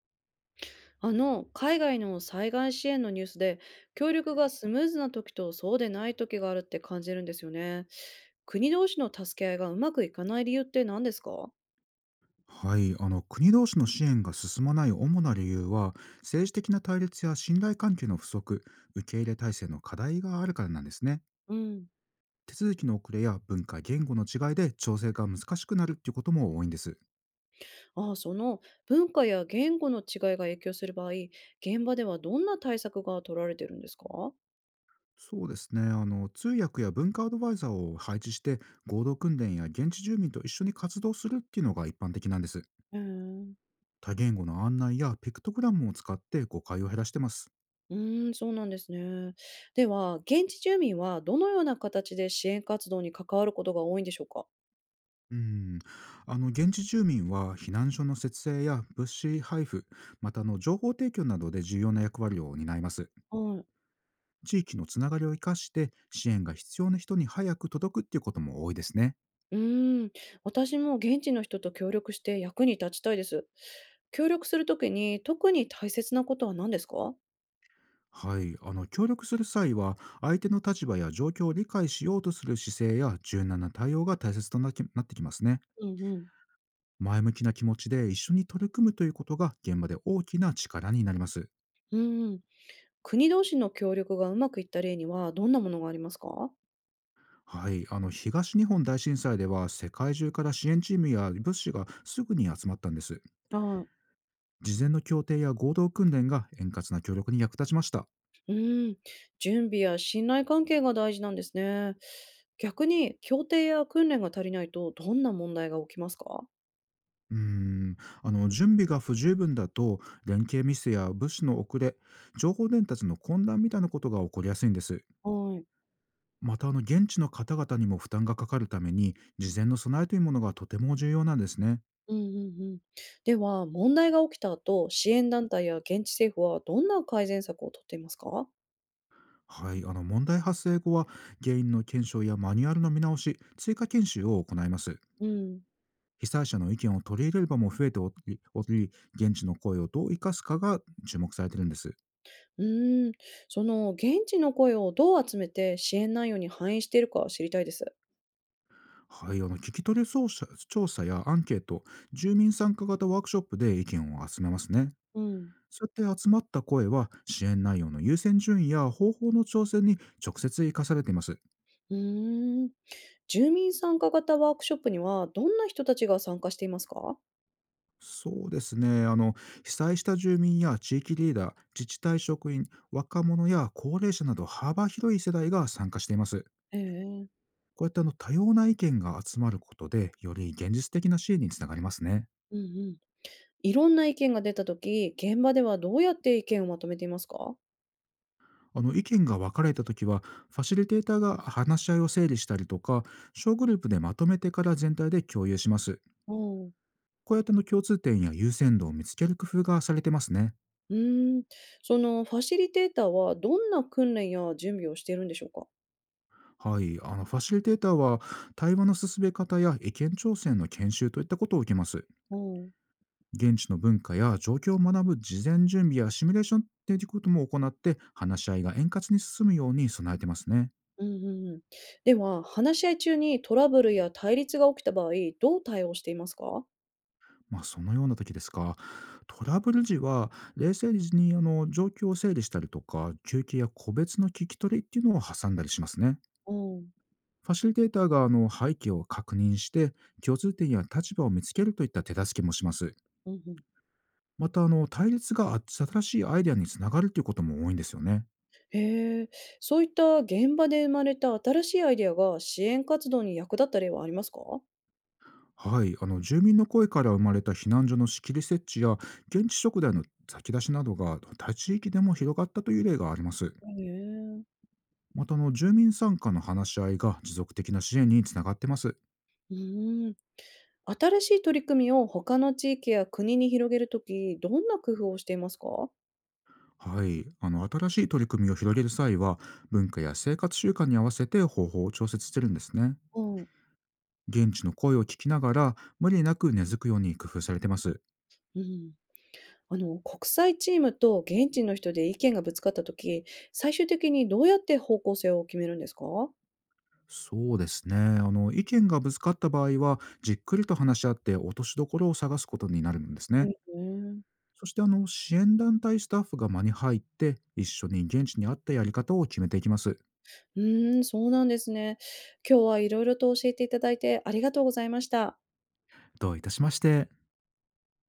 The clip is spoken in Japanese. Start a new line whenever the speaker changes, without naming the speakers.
海外の災害支援のニュースで協力がスムーズな時とそうでない時があるって感じるんですよね。国同士の助け合いがうまくいかない理由って何ですか？
はい、国同士の支援が進まない主な理由は、政治的な対立や信頼関係の不足、受け入れ体制の課題があるからなんですね。
うん。
手続きの遅れや文化言語の違いで調整が難しくなるっていうことも多いんです。
ああ、その文化や言語の違いが影響する場合、現場ではどんな対策が取られてるんですか？
そうですね。通訳や文化アドバイザーを配置して、合同訓練や現地住民と一緒に活動するっていうのが一般的なんです。
うーん。
多言語の案内やピクトグラムを使って誤解を減らしてます。
うーん、そうなんですね。では、現地住民はどのような形で支援活動に関わることが多いんでしょうか？
うん、現地住民は避難所の設営や物資配布、また情報提供などで重要な役割を担います。
はい。
地域のつながりを生かして支援が必要な人に早く届くっていうことも多いですね。
うーん、私も現地の人と協力して役に立ちたいです。協力するときに特に大切なことは何ですか？
はい、協力する際は相手の立場や状況を理解しようとする姿勢や柔軟な対応が大切となってきますね。
うんうん。
前向きな気持ちで一緒に取り組むということが現場で大きな力になります。
うんうん。国同士の協力がうまくいった例にはどんなものがありますか？
はい、東日本大震災では世界中から支援チームや物資がすぐに集まったんです。
はい。
事前の協定や合同訓練が円滑な協力に役立ちました。
うん、準備や信頼関係が大事なんですね。逆に協定や訓練が足りないとどんな問題が起きますか？
うーん、準備が不十分だと、連携ミスや物資の遅れ、情報伝達の混乱みたいなことが起こりやすいんです。
はい。
また現地の方々にも負担がかかるために、事前の備えというものがとても重要なんですね。
うんうんうん。では、問題が起きた後、支援団体や現地政府はどんな改善策をとっていますか？
はい、問題発生後は、原因の検証やマニュアルの見直し、追加研修を行います。
うん。
被災者の意見を取り入れる場も増えており、現地の声をどう生かすかが注目されているんです。
うーん、その現地の声をどう集めて支援内容に反映しているか知りたいです。
はい、あの聞き取り操作調査やアンケート、住民参加型ワークショップで意見を集めますね。
うん。
そうやって集まった声は支援内容の優先順位や方法の調整に直接生かされています。
うーん、住民参加型ワークショップにはどんな人たちが参加していますか？
そうですね。被災した住民や地域リーダー、自治体職員、若者や高齢者など幅広い世代が参加しています。
ええ。
こうやって多様な意見が集まることで、より現実的な支援につながりますね。
うんうん。いろんな意見が出た時、現場ではどうやって意見をまとめていますか？
意見が分かれた時は、ファシリテーターが話し合いを整理したりとか、小グループでまとめてから全体で共有します。
うん。
こうやって共通点や優先度を見つける工夫がされてますね。
うーん、そのファシリテーターはどんな訓練や準備をしているんでしょうか？
はい、ファシリテーターは対話の進め方や意見調整の研修といったことを受けます。
うん
現地の文化や状況を学ぶ事前準備やシミュレーションということも行って、話し合いが円滑に進むように備えてますね。
うんうん。うん、では話し合い中にトラブルや対立が起きた場合、どう対応していますか？
まあ、そのような時ですか。トラブル時は、冷静に状況を整理したりとか、休憩や個別の聞き取りっていうのを挟んだりしますね。
うん、
ファシリテーターが背景を確認して、共通点や立場を見つけるといった手助けもします。
うんうん。
また、あの対立が新しいアイデアにつながるということも多いんですよね。
へえ、そういった現場で生まれた新しいアイデアが支援活動に役立った例はありますか？
はい、住民の声から生まれた避難所の仕切り設置や現地食材の先出しなどが他地域でも広がったという例があります。
へえ、
また住民参加の話し合いが持続的な支援につながってます。
うん。新しい取り組みを他の地域や国に広げるとき、どんな工夫をしていますか？
はい、新しい取り組みを広げる際は、文化や生活習慣に合わせて方法を調節してるんですね。
うん、
現地の声を聞きながら無理なく根付くように工夫されてます。
うん。国際チームと現地の人で意見がぶつかったとき、最終的にどうやって方向性を決めるんですか？
そうですね。意見がぶつかった場合はじっくりと話し合って落としどころを探すことになるんですね。
へ。
そして支援団体スタッフが間に入って、一緒に現地に合ったやり方を決めていきます。
うーん、そうなんですね。今日はいろいろと教えていただいてありがとうございました。
どういたしまして。